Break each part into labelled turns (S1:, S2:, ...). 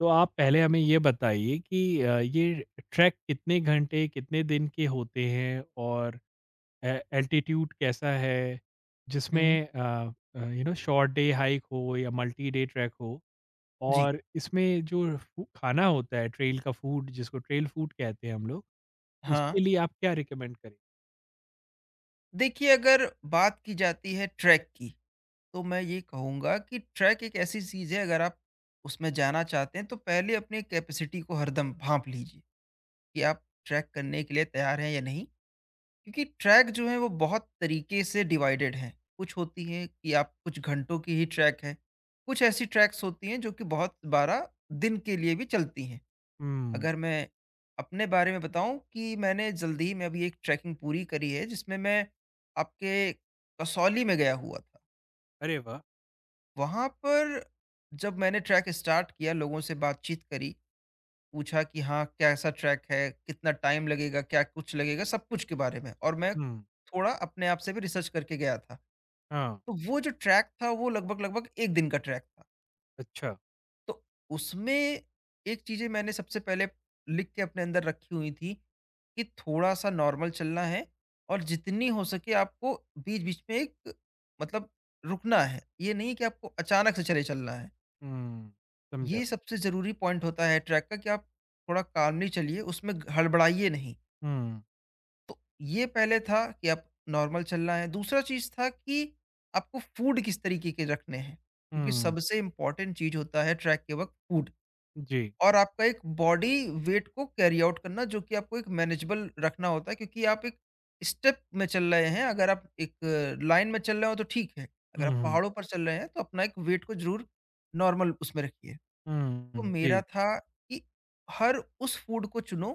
S1: तो आप पहले हमें ये बताइए कि ये ट्रैक कितने घंटे, कितने दिन के होते हैं और ए एल्टीट्यूड कैसा है?
S2: हुँ।
S1: जिसमें you know short day hike हो या मल्टी डे ट्रैक हो,
S2: जी।
S1: और इसमें जो फू खाना होता है, ट्रेल का फूड जिसको ट्रेल फूड कहते हैं हम लोग,
S2: हाँ,
S1: उसके लिए आप क्या रिकमेंड करें?
S2: देखिए, अगर बात की जाती है ट्रैक की, तो मैं ये कहूँगा कि ट्रैक एक ऐसी चीज़ है। अगर आप उसमें जाना चाहते हैं तो पहले अपनी कैपेसिटी को हरदम भाँप लीजिए, कि आप ट्रैक करने के लिए तैयार हैं या नहीं। क्योंकि ट्रैक जो है वो बहुत तरीके से डिवाइडेड हैं। कुछ होती हैं कि आप कुछ घंटों की ही ट्रैक है, कुछ ऐसी ट्रैक्स होती हैं जो कि बहुत 12 दिन के लिए भी चलती हैं।
S1: हुँ।
S2: अगर मैं अपने बारे में बताऊं कि मैंने जल्दी ही में अभी एक ट्रैकिंग पूरी करी है, जिसमें मैं आपके कसौली में गया हुआ था।
S1: अरे वाह!
S2: वहां पर जब मैंने ट्रैक स्टार्ट किया, लोगों से बातचीत करी, पूछा कि हाँ, कैसा ट्रैक है, कितना टाइम लगेगा, क्या कुछ लगेगा, सब कुछ के बारे में। और मैं
S1: हुँ।
S2: थोड़ा अपने आप से भी रिसर्च करके गया था।
S1: हाँ।
S2: तो वो जो ट्रैक था वो लगभग लगभग एक दिन का ट्रैक था।
S1: अच्छा।
S2: तो उसमें एक चीज़ें मैंने सबसे पहले लिख के अपने अंदर रखी हुई थी, कि थोड़ा-सा नॉर्मल चलना है। और जितनी हो सके आपको बीच-बीच में एक मतलब रुकना है। ये नहीं कि आपको अचानक से चले चलना है।
S1: हुँ, समझा।
S2: ये सबसे ज़रूरी पॉइंट होता है ट्रैक का, कि आप थोड़ा कामली चलिए, उसमें हड़बड़ाइए नहीं।
S1: हुँ,
S2: तो ये पहले था कि आप नॉर्मल चलना है। दूसरा चीज़ था कि आपको फूड किस तरीके के रखने हैं, क्योंकि
S1: हुँ।
S2: सबसे इम्पोर्टेंट चीज़ होता है ट्रैक के वक़्त फूड।
S1: जी।
S2: और आपका एक बॉडी वेट को कैरी आउट करना, जो कि आपको एक मैनेजेबल रखना होता है, क्योंकि आप एक स्टेप में चल रहे हैं। अगर आप एक लाइन में चल रहे हो तो ठीक है, अगर
S1: हुँ,
S2: आप
S1: हुँ।
S2: पहाड़ों पर चल रहे हैं तो अपना एक वेट को जरूर नॉर्मल उसमें रखिए। तो
S1: हुँ,
S2: मेरा
S1: जी।
S2: था कि हर उस फूड को चुनो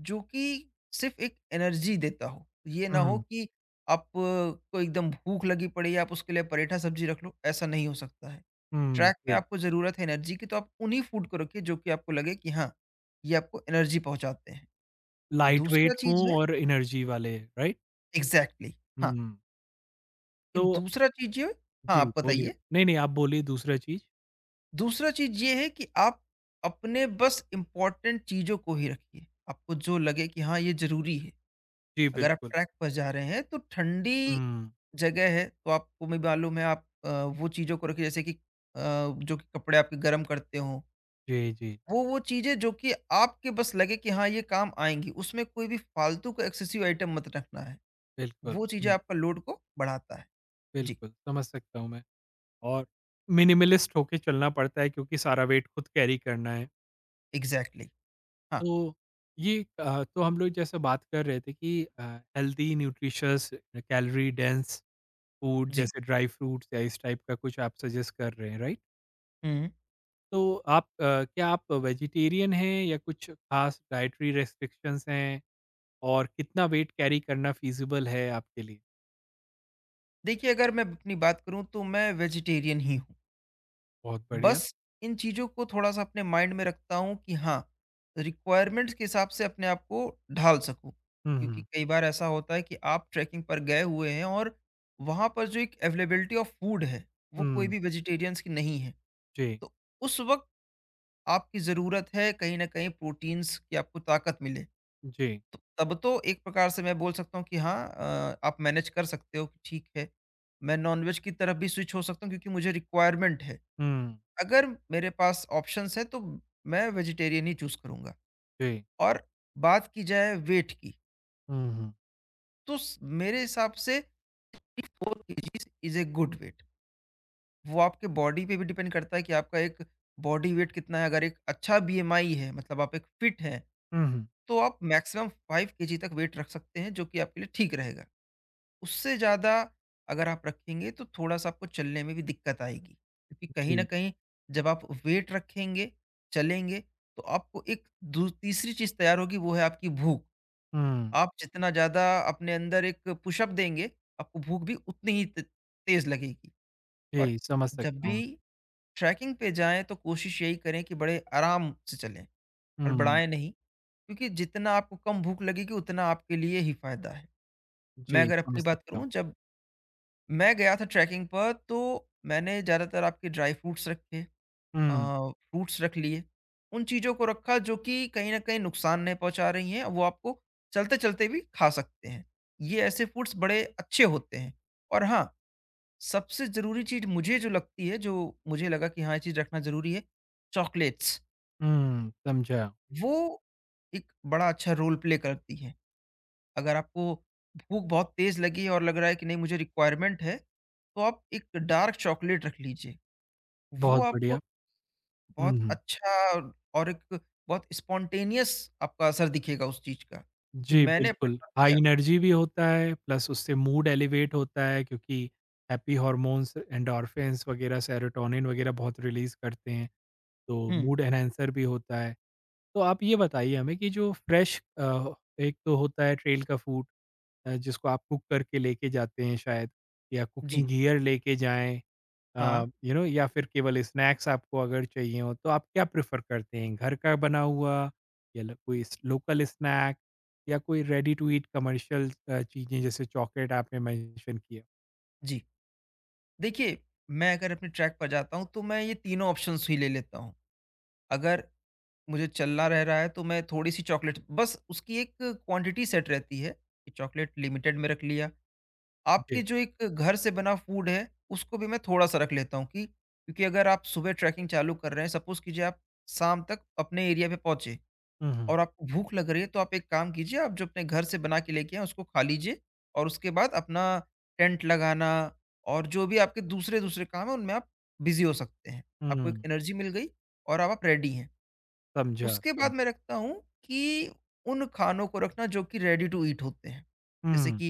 S2: जो कि सिर्फ एक एनर्जी देता हो। ये ना हो
S1: हुँ,
S2: कि आपको एकदम भूख लगी पड़ी है, आप उसके लिए पराठा सब्जी रख लो, ऐसा नहीं हो सकता है।
S1: हुँ,
S2: ट्रैक पे
S1: जी।
S2: आपको ज़रूरत है एनर्जी की, तो आप उन्हीं फूड को रखिए जो कि आपको लगे कि हाँ, ये आपको एनर्जी पहुँचाते हैं।
S1: लाइट
S2: दूसरा
S1: वेट हों
S2: चीज़ है,
S1: और एनर्जी वाले, राइट?
S2: एग्ज़ैक्टली, हाँ,
S1: हुँ।
S2: कि
S1: तो
S2: दूसरा चीज़ ये, हाँ,
S1: जी,
S2: आप
S1: बोलिए।
S2: बताइए?
S1: नहीं-नहीं, आप बोलिए दूसरा चीज़।
S2: दूसरा चीज ये है कि आप अपने बस इम्पोर्टेंट चीजों को ही रखिए, आपको जो लगे कि हाँ, ये जरूरी है।
S1: जी,
S2: अगर आप
S1: बिल्कुल।
S2: ट्रैक पर जा रहे हैं तो ठंडी
S1: हुँ,
S2: जगह है, तो आपको, मैं मालूम है, आप वो चीजों को रखिए, जैसे कि जो कि कपड़े आपके गर्म करते हो,
S1: जी, जी,
S2: वो चीजें जो कि आपके बस लगे कि हाँ, ये काम आएंगी, उसमें कोई भी फालतू का एक्सेसिव आइटम मत रखना है।
S1: बिल्कुल।
S2: वो चीजें
S1: हुँ,
S2: आपका लोड को बढ़ाता है। जी,
S1: बिल्कुल, समझ सकता हूँ मैं। और मिनिमलिस्ट होके चलना पड़ता है क्योंकि सारा वेट खुद कैरी करना है।
S2: Exactly exactly. हाँ।
S1: तो ये तो हम लोग जैसे बात कर रहे थे कि healthy, nutritious, calorie dense food
S2: जी।
S1: जैसे ड्राई फ्रूट्स या इस टाइप का कुछ आप सजेस्ट कर रहे हैं, राइट?
S2: हम्म।
S1: तो आप, क्या आप वेजिटेरियन हैं या कुछ खास डाइटरी रेस्ट्रिक्शंस हैं? और कितना वेट कैरी करना फ़ीज़िबल है आपके लिए?
S2: देखिए, अगर मैं अपनी बात करूं, तो मैं वेजिटेरियन ही हूं।
S1: बहुत बढ़िया।
S2: बस इन चीज़ों को थोड़ा-सा अपने माइंड में रखता हूँ, कि हाँ, रिक्वायरमेंट्स के हिसाब से अपने आप को ढाल सकूँ।
S1: हुँ,
S2: क्योंकि
S1: हुँ।
S2: कई बार ऐसा होता है कि आप ट्रैकिंग पर गए हुए हैं और वहाँ पर जो एक अवेलेबिलिटी ऑफ फूड है, वो कोई
S1: हुँ,
S2: भी वेजिटेरियंस की नहीं है।
S1: जी,
S2: तो उस वक़्त आपकी ज़रूरत है, कहीं न कहीं प्रोटीन्स की, आपको ताकत मिले।
S1: जी।
S2: तो तब तो एक प्रकार से मैं बोल सकता हूँ कि हाँ, आप मैनेज कर सकते हो कि ठीक है, मैं नॉन-वेज की तरफ भी स्विच हो सकता हूँ, क्योंकि मुझे रिक्वायरमेंट है।
S1: हुँ,
S2: अगर मेरे पास ऑप्शंस हैं तो मैं वेजिटेरियन ही चूज़ करूँगा।
S1: जी।
S2: और बात की जाए वेट की,
S1: हुँ, हुँ।
S2: तो स मेरे हिसाब से 4 KGs is a good weight. वो आपके बॉडी पे भी डिपेंड करता है कि आपका एक बॉडी वेट कितना है। अगर एक अच्छा बीएमआई है, मतलब आप एक फिट हैं,
S1: हुँ, हुँ।
S2: तो आप मैक्सिमम 5 केजी तक वेट रख सकते हैं, जो कि आपके लिए ठीक रहेगा। उससे ज़्यादा अगर आप रखेंगे तो थोड़ा-सा आपको चलने में भी दिक्कत आएगी। क्योंकि कहीं न
S1: जी।
S2: कहीं जब आप वेट रखेंगे, चलेंगे, तो आपको एक दू तीसरी चीज़ तैयार होगी, वो है आपकी भूख।
S1: हुँ,
S2: आप जितना ज़्यादा अपने अंदर एक पुशअप देंगे, आपको भूख भी उतनी ही त तेज़ लगेगी। और
S1: जी, समझ
S2: जब
S1: सकता
S2: भी
S1: हूँ।
S2: ट्रैकिंग पे जाएँ, तो कोशिश यही करें कि बड़े आराम से चलें,
S1: हुँ,
S2: हड़बड़ाएँ नहीं, क्योंकि जितना आपको कम भूख लगेगी उतना आपके लिए ही फ़ायदा है। मैं
S1: जी,
S2: अगर अपनी
S1: समझ
S2: बात
S1: सकता हूँ।
S2: करूँ, जब मैं गया था ट्रैकिंग पर, तो मैंने ज़्यादातर आपके ड्राई फ्रूट्स रखे, अ,
S1: हुँ,
S2: फ्रूट्स रख लिए। उन चीज़ों को रखा जो कि कहीं न कहीं नुकसान नहीं पहुँचा रही हैं, वो आपको चलते-चलते भी खा सकते हैं। ये ऐसे फूड्स बड़े अच्छे होते हैं। और हाँ, सबसे ज़रूरी चीज़ मुझे जो लगती है, जो मुझे लगा कि हाँ, ये चीज़ रखना ज़रूरी है, चॉकलेट्स।
S1: हुँ, समझा।
S2: वो एक बड़ा अच्छा रोल प्ले करती हैं। अगर आपको भूख बहुत तेज़ लगी है और लग रहा है कि नहीं, मुझे रिक्वायरमेंट है, तो आप एक डार्क चॉकलेट रख लीजिए। वो
S1: बहुत
S2: आपको
S1: बढ़िया। हुँ,
S2: बहुत
S1: हुँ।
S2: अच्छा, और एक बहुत स्पॉन्टेनियस आपका असर दिखेगा उस चीज़ का, कि
S1: जी,
S2: मैंने अपने
S1: बिल्कुल।
S2: साथ
S1: हाई
S2: किया।
S1: एनर्जी भी होता है, प्लस उससे मूड एलिवेट होता है क्योंकि हैप्पी हॉर्मोन्स, एंडोर्फिन्स वगैरह, सेरोटोनिन वगैरह बहुत रिलीज़ करते हैं, तो
S2: हुँ,
S1: मूड एनहांसर भी होता है। तो आप ये बताइए हमें कि जो फ्रेश एक तो होता है ट्रेल का फूड, जिसको आप कुक करके लेके जाते हैं शायद, या कुकिंग
S2: जी,
S1: गियर लेके जाएँ,
S2: हाँ,
S1: यू नो, या फिर केवल स्नैक्स आपको अगर चाहिए हो तो आप क्या प्रेफ़र करते हैं? घर का बना हुआ या ल कोई स लोकल स्नैक, या कोई रेडी टू ईट कमर्शियल चीज़ें जैसे चॉकलेट आपने मेंशन किया?
S2: जी। देखिए, मैं अगर अपने ट्रैक पर जाता हूँ, तो मैं ये तीनों ऑप्शंस ही ले लेता हूँ। अगर मुझे चलना रह रहा है, तो मैं थोड़ी-सी चॉकलेट, बस उसकी एक क्वांटिटी सेट रहती है, कि चॉकलेट लिमिटेड में रख लिया।
S1: जी।
S2: आपके जो एक घर से बना फूड है, उसको भी मैं थोड़ा-सा रख लेता हूँ, कि क्योंकि अगर आप सुबह ट्रैकिंग चालू कर रहे हैं, सपोज़ कीजिए आप शाम तक अपने एरिया पे पहुँचे।
S1: हुँ, हुँ।
S2: और आपको भूख लग रही है, तो आप एक काम कीजिए, आप जो अपने घर से बना के लेके आए उसको खा लीजिए। और उसके बाद अपना टेंट लगाना, और जो भी आपके दूसरे दूसरे काम है, उनमें आप बिजी हो सकते हैं। आपको एक
S1: हुँ,
S2: एनर्जी मिल गई, और अब आप रेडी हैं।
S1: समझा,
S2: उसके बाद
S1: समझा।
S2: मैं रखता हूँ कि उन खानों को रखना जो कि रेडी टू ईट होते हैं। जैसे
S1: हुँ,
S2: कि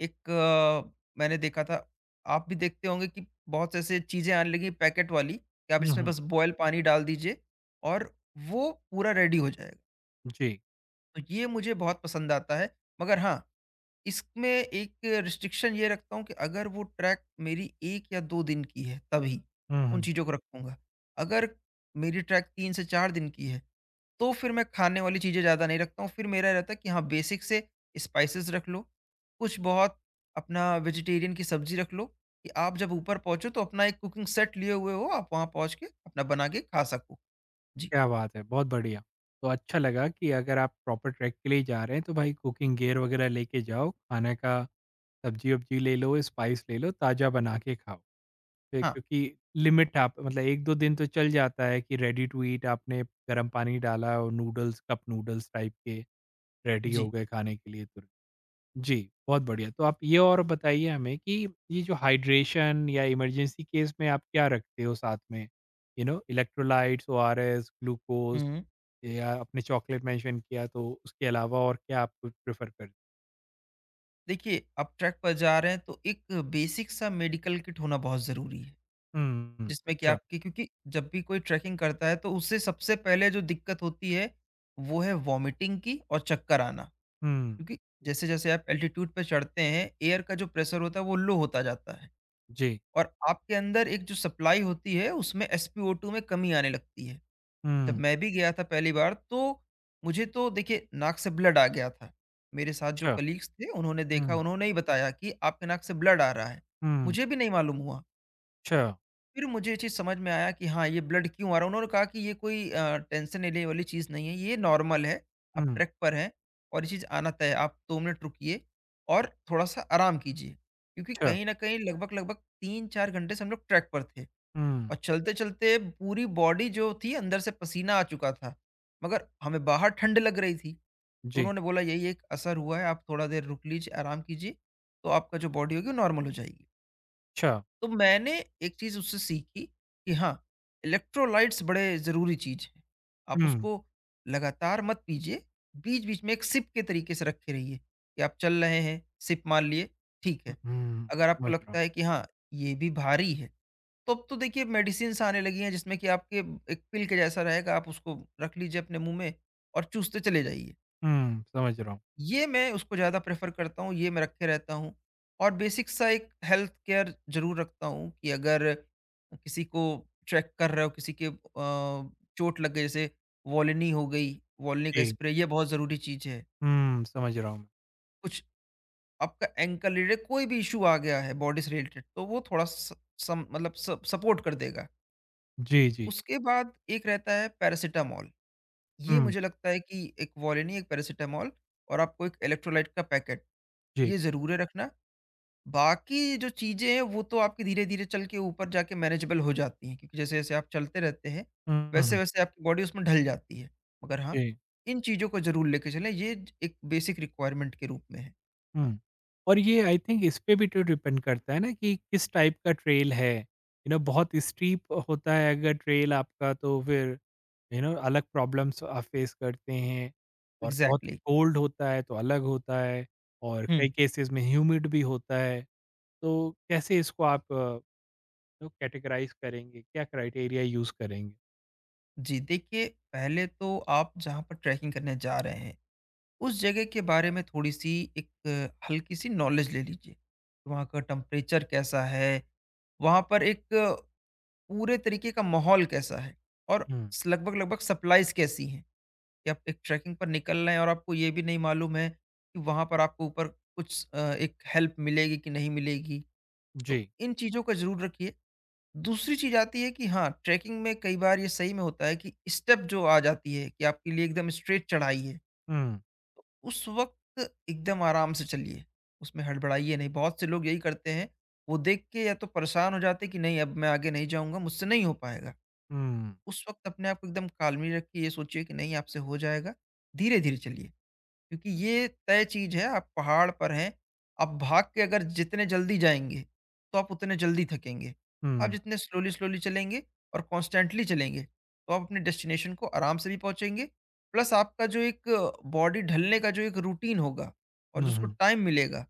S2: एक, मैंने देखा था, आप भी देखते होंगे कि बहुत से ऐसे चीज़ें आने लगी पैकेट वाली, कि आप
S1: हुँ,
S2: इसमें
S1: हुँ।
S2: बस बॉयल पानी डाल दीजिए और वो पूरा रेडी हो जाएगा।
S1: जी।
S2: तो ये मुझे बहुत पसंद आता है। मगर हाँ, इसमें एक रिस्ट्रिक्शन ये रखता हूँ, कि अगर वो ट्रैक मेरी 1 या 2 दिन की है तभी,
S1: हुँ,
S2: उन
S1: हुँ।
S2: चीज़ों को रखूँगा। अगर मेरी ट्रैक 3 से 4 दिन की है, तो फिर मैं खाने वाली चीज़ें ज़्यादा नहीं रखता हूँ। फिर मेरा रहता है कि हाँ, बेसिक से स्पाइसेस रख लो, कुछ बहुत अपना वेजिटेरियन की सब्ज़ी रख लो, कि आप जब ऊपर पहुँचो तो अपना एक कुकिंग सेट लिए हुए हो, आप वहाँ पहुँच के अपना बना के खा सको। जी,
S1: क्या बात है, बहुत बढ़िया। तो अच्छा लगा कि अगर आप प्रॉपर ट्रैक के लिए जा रहे हैं तो भाई, कुकिंग गियर वग़ैरह लेके जाओ, खाने का सब्ज़ी-वब्ज़ी ले लो, स्पाइस ले लो, ताज़ा बना के खाओ। पे
S2: हाँ,
S1: क्योंकि लिमिट आप मतलब 1-2 दिन तो चल जाता है कि रेडी टू ईट आपने गर्म पानी डाला और नूडल्स, कप नूडल्स टाइप के रेडी
S2: जी।
S1: हो गए खाने के लिए तुरंत। जी, बहुत बढ़िया। तो आप ये और बताइए हमें कि ये जो हाइड्रेशन या इमरजेंसी केस में आप क्या रखते हो साथ में? You know electrolytes, ORS, glucose,
S2: हुँ, हुँ।
S1: या आपने चॉकलेट मेंशन किया तो उसके अलावा और क्या आप प्रेफ़र कर?
S2: देखिए, आप ट्रैक पर जा रहे हैं, तो एक बेसिक सा मेडिकल किट होना बहुत ज़रूरी है,
S1: हुँ,
S2: जिसमें कि
S1: अच्छा।
S2: आपके, क्योंकि जब भी कोई ट्रैकिंग करता है तो उसे सबसे पहले जो दिक्कत होती है, वो है वॉमिटिंग की और चक्कर आना।
S1: हुँ,
S2: क्योंकि जैसे-जैसे आप एल्टीट्यूड पे चढ़ते हैं, एयर का जो प्रेशर होता है वो लो होता जाता है,
S1: जी।
S2: और आपके अंदर एक जो सप्लाई होती है उसमें एसपीओ2 में कमी आने लगती है। जब
S1: हुँ,
S2: मैं भी गया था पहली बार, तो मुझे तो देखिए नाक से ब्लड आ गया था। मेरे साथ जो
S1: अच्छा।
S2: कलीग्स थे उन्होंने देखा,
S1: हुँ,
S2: उन्होंने ही बताया कि आपके नाक से ब्लड आ रहा है।
S1: हुँ,
S2: मुझे भी नहीं मालूम हुआ।
S1: अच्छा।
S2: फिर मुझे ये चीज़ समझ में आया कि हाँ, ये ब्लड क्यों आ रहा है। उन्होंने कहा कि ये कोई टेंशन लेने वाली चीज़ नहीं है, ये नॉर्मल है, आप
S1: हुँ,
S2: ट्रैक पर हैं और ये चीज़ आना तय है। आप 2 मिनट रुकिए और थोड़ा-सा आराम कीजिए। क्योंकि
S1: अच्छा।
S2: कहीं न कहीं लगभग-लगभग 3-4 घंटे से हम लोग ट्रैक पर थे।
S1: हुँ,
S2: और चलते-चलते पूरी बॉडी जो थी अंदर से पसीना आ चुका था, मगर हमें बाहर ठंड लग रही थी। तो
S1: जी,
S2: उन्होंने बोला यही एक असर हुआ है, आप थोड़ा देर रुक लीजिए, आराम कीजिए, तो आपका जो बॉडी होगी वो नॉर्मल हो जाएगी।
S1: अच्छा।
S2: तो मैंने एक चीज़ उससे सीखी, कि हाँ, इलेक्ट्रोलाइट्स बड़े ज़रूरी चीज़ है। आप
S1: हुँ,
S2: उसको लगातार मत पीजिए, बीच-बीच में एक सिप के तरीके से रखे रहिए, कि आप चल रहे हैं, सिप मार लिए, ठीक है।
S1: हुँ,
S2: अगर आपको
S1: समझ रहा
S2: लगता
S1: हूँ।
S2: है कि हाँ, ये भी भारी है, तो अब तो देखिए मेडिसिन्स आने लगी हैं, जिसमें कि आपके एक पिल के जैसा रहेगा, आप उसको रख लीजिए अपने मुँह में और चूसते चले जाइए।
S1: हुँ, समझ रहा हूँ।
S2: ये मैं उसको ज़्यादा प्रेफ़र करता हूँ, ये मैं रखे रहता हूँ। और बेसिक सा एक हेल्थ केयर ज़रूर रखता हूँ, कि अगर किसी को ट्रैक कर रहे हो, किसी के चोट लग गई, जैसे वोलिनी हो गई, वोलिनी का
S1: जी,
S2: स्प्रे, ये बहुत ज़रूरी चीज़ है।
S1: हुँ, समझ रहा हूँ मैं।
S2: कुछ आपका एंकल रिलेटेड कोई भी इश्यू आ गया है बॉडी से रिलेटेड, तो वो थोड़ा स सम स सपोर्ट कर देगा।
S1: जी,
S2: उसके बाद एक रहता है पैरासिटामॉल। ये
S1: हुँ,
S2: मुझे लगता है कि एक वॉलिनी, एक पैरासिटामॉल और आपको एक इलेक्ट्रोलाइट का पैकेट,
S1: जी,
S2: ये ज़रूर है रखना। बाकी जो चीज़ें हैं, वो तो आपकी धीरे-धीरे चल के ऊपर जाके मैनेजेबल हो जाती हैं क्योंकि जैसे-जैसे आप चलते रहते हैं,
S1: हुँ, हुँ,
S2: वैसे-वैसे आपकी बॉडी उसमें ढल जाती है। मगर हाँ,
S1: जी,
S2: इन चीज़ों को ज़रूर लेके चलें, ये ज एक बेसिक रिक्वायरमेंट के रूप में है। हाँ,
S1: हुँ। और ये आई थिंक इस पे भी तो डिपेंड करता है ना कि किस टाइप का ट्रेल है। यू नो बहुत स्टीप होता है अगर ट्रेल आपका तो फिर यू नो अलग प्रॉब्लम्स आप फेस करते हैं, और बहुत
S2: एग्ज़ैक्टली।
S1: कोल्ड होता है तो अलग होता है, और
S2: हुँ।
S1: कई केसेस में ह्यूमिड भी होता है। तो कैसे इसको आप, तो कैटेगराइज करेंगे? क्या क्राइटेरिया यूज़ करेंगे?
S2: जी, देखिए, पहले तो आप जहाँ पर ट्रैकिंग करने जा रहे हैं उस जगह के बारे में थोड़ी-सी एक हल्की सी नॉलेज ले लीजिए। कि वहाँ का टेम्परेचर कैसा है? वहाँ पर पूरे तरीके का माहौल कैसा है? और
S1: हुँ,
S2: स लगभग-लगभग सप्लाइज़ कैसी हैं? कि आप एक ट्रैकिंग पर निकल रहे हैं और आपको ये भी नहीं मालूम है कि वहाँ पर आपको ऊपर एक हेल्प मिलेगी कि नहीं मिलेगी? तो
S1: जी।
S2: इन चीज़ों का ज़रूर रखिए। दूसरी चीज़ आती है कि हाँ, ट्रैकिंग में कई बार ये सही में होता है कि स्टेप जो आ जाती है कि आपके लिए एकदम स्ट्रेट चढ़ाई है।
S1: हुँ,
S2: तो उस वक़्त एकदम आराम से चलिए, उसमें हड़बड़ाइए नहीं। बहुत से लोग यही करते हैं, वो देख के या तो परेशान हो जाते हैं कि नहीं अब मैं आगे नहीं जाऊँगा, मुझसे नहीं हो पाएगा।
S1: हुँ,
S2: उस वक़्त अपने आप को एकदम काल्मी रखिए, ये सोचिए कि नहीं आपसे हो जाएगा, धीरे-धीरे चलिए। क्योंकि ये तय चीज है आप पहाड़ पर हैं। आप भाग के अगर जितने जल्दी जाएंगे तो आप उतने जल्दी थकेंगे। आप
S1: हुँ,
S2: जितने स्लोली स्लोली चलेंगे और कॉन्स्टेंटली चलेंगे तो आप अपने डेस्टिनेशन को आराम से भी पहुंचेंगे। प्लस आपका जो एक बॉडी ढलने का जो एक रूटीन होगा और जो
S1: हुँ,
S2: उसको
S1: हुँ।
S2: टाइम मिलेगा,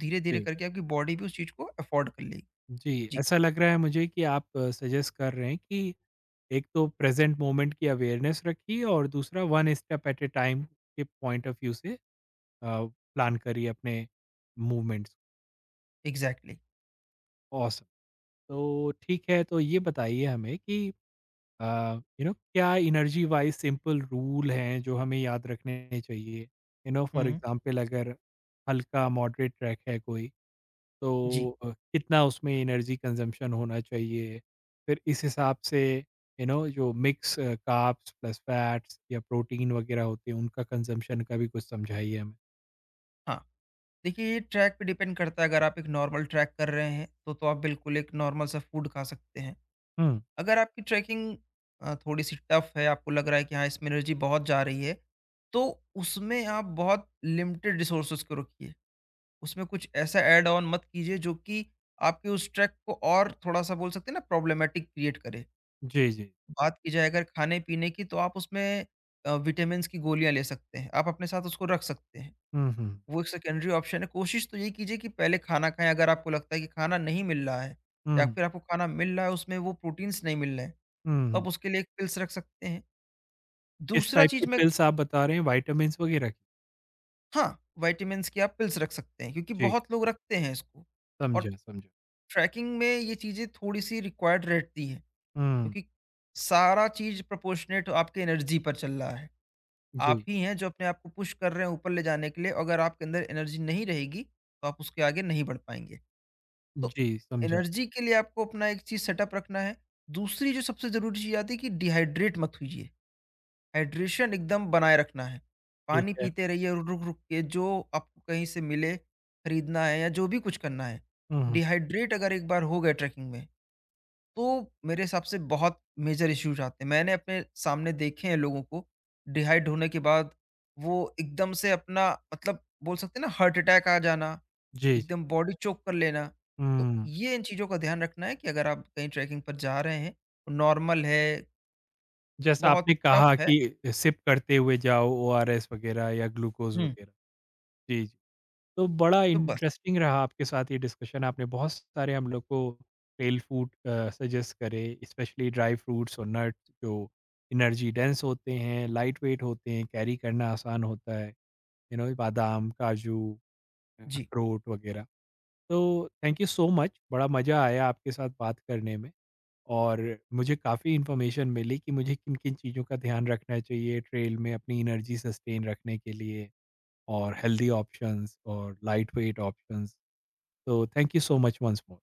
S2: धीरे धीरे
S1: जी,
S2: करके आपकी बॉडी भी उस चीज को अफोर्ड कर लेगी।
S1: जी,
S2: जी।
S1: ऐसा लग रहा है मुझे कि आप सजेस्ट कर रहे हैं कि एक तो प्रेज़ेंट मोमेंट की अवेयरनेस रखिए, और दूसरा one step at a time के पॉइंट ऑफ व्यू से अ, प्लान करिए अपने मूवमेंट्स।
S2: एग्जैक्टली।
S1: ऑसम! तो ठीक है, तो ये बताइए हमें कि यू नो क्या एनर्जी वाइज सिंपल रूल हैं जो हमें याद रखने चाहिए। You know for
S2: hmm.
S1: Example अगर हल्का मॉडरेट ट्रैक है कोई, तो
S2: जी।
S1: कितना उसमें एनर्जी कंजम्पशन होना चाहिए, फिर इस हिसाब से यू नो जो मिक्स कार्ब्स प्लस फैट्स या प्रोटीन वगैरह होते हैं उनका कंजम्पशन का भी कुछ समझाइए हमें।
S2: हाँ, देखिए, ये ट्रैक पे डिपेंड करता है। अगर आप एक नॉर्मल ट्रैक कर रहे हैं तो आप बिल्कुल एक नॉर्मल सा फूड खा सकते हैं।
S1: हम्म।
S2: अगर आपकी ट्रैकिंग थोड़ी-सी टफ है, आपको लग रहा है कि हाँ, इसमें एनर्जी बहुत जा रही है, तो उसमें आप बहुत लिमिटेड रिसोर्सेज़ को रखिए। उसमें कुछ ऐसा ऐड ऑन मत कीजिए जो कि आपके उस ट्रैक को और थोड़ा-सा बोल सकते हैं ना प्रॉब्लमैटिक क्रिएट करे।
S1: जी, जी।
S2: बात की जाए अगर खाने-पीने की तो आप उसमें विटामिन्स की गोलियाँ ले सकते हैं, आप अपने साथ उसको रख सकते हैं।
S1: हम्म। हम्म।
S2: वो एक सेकेंडरी ऑप्शन है। कोशिश तो यही कीजिए कि पहले खाना खाएँ। अगर आपको लगता है कि खाना नहीं मिल रहा है या
S1: हम्म।
S2: फिर आपको खाना मिल रहा है उसमें वो प्रोटीन्स नहीं मिल रहे हैं।
S1: हम्म।
S2: तो आप
S1: हम्म।
S2: उसके लिए एक पिल्स रख सकते हैं।
S1: किस
S2: दूसरा
S1: टाइप की
S2: चीज़ मैं,
S1: पिल्स आप बता रहे हैं, विटामिन वगैरह की?
S2: हाँ, विटामिन्स की आप पिल्स रख सकते हैं क्योंकि
S1: जी,
S2: बहुत लोग रखते हैं इसको। और
S1: समझा, समझा।
S2: ट्रैकिंग में ये चीज़ें थोड़ी-सी रिक्वायर्ड रहती हैं
S1: हम्म।
S2: क्योंकि सारा चीज़ प्रोपोर्शनेट आपके एनर्जी पर चल रहा है।
S1: जी।
S2: आप ही हैं जो अपने आप को पुश कर रहे हैं ऊपर ले जाने के लिए, अगर आपके अंदर एनर्जी नहीं रहेगी, तो आप उसके आगे नहीं बढ़ पाएँगे। तो
S1: जी, समझा।
S2: एनर्जी के लिए आपको अपना एक चीज़ सेटअप रखना है। दूसरी जो सबसे ज़रूरी चीज़ आती है कि डिहाइड्रेट मत होइए। हाइड्रेशन एकदम बनाए रखना है।
S1: ठीक
S2: पानी
S1: है।
S2: पीते रहिए रुक-रुक के जो आपको कहीं से मिले, खरीदना है या जो भी कुछ करना है।
S1: हुँ, हुँ।
S2: डिहाइड्रेट अगर एक बार हो गए ट्रैकिंग में, तो मेरे हिसाब से बहुत मेजर इश्यूज़ आते हैं। मैंने अपने सामने देखे हैं लोगों को, डिहाइड होने के बाद वो एकदम से अपना मतलब बोल सकते हैं ना हार्ट अटैक आ जाना,
S1: जी, जी।
S2: एकदम बॉडी चोक कर लेना। तो
S1: हुँ।
S2: ये इन चीज़ों का ध्यान रखना है कि अगर आप कहीं ट्रैकिंग पर जा रहे हैं, नॉर्मल है,
S1: जैसा
S2: बहुत
S1: आपने
S2: टफ
S1: कहा
S2: है।
S1: कि सिप करते हुए जाओ, ओआरएस वग़ैरह या ग्लूकोज़
S2: हुँ,
S1: वग़ैरह। जी, जी। तो बड़ा
S2: तो बस।
S1: इंटरेस्टिंग रहा आपके साथ ये डिस्कशन। आपने बहुत सारे हम लोग को फ़ेल फ़ूड सजेस्ट करे, स्पेशली ड्राई फ्रूट्स और नट्स जो एनर्जी डेंस होते हैं, लाइट वेट होते हैं, कैरी करना आसान होता है। यू नो बादाम, काजू,
S2: जी।
S1: अखरोट वग़ैरह। तो थैंक यू सो मच। बड़ा मज़ा आया आपके साथ बात करने में। और मुझे काफ़ी इन्फॉर्मेशन मिली कि मुझे किन-किन चीज़ों का ध्यान रखना चाहिए ट्रेल में, अपनी एनर्जी सस्टेन रखने के लिए, और हेल्दी ऑप्शंस और लाइट वेट ऑप्शंस। तो thank you so much once more.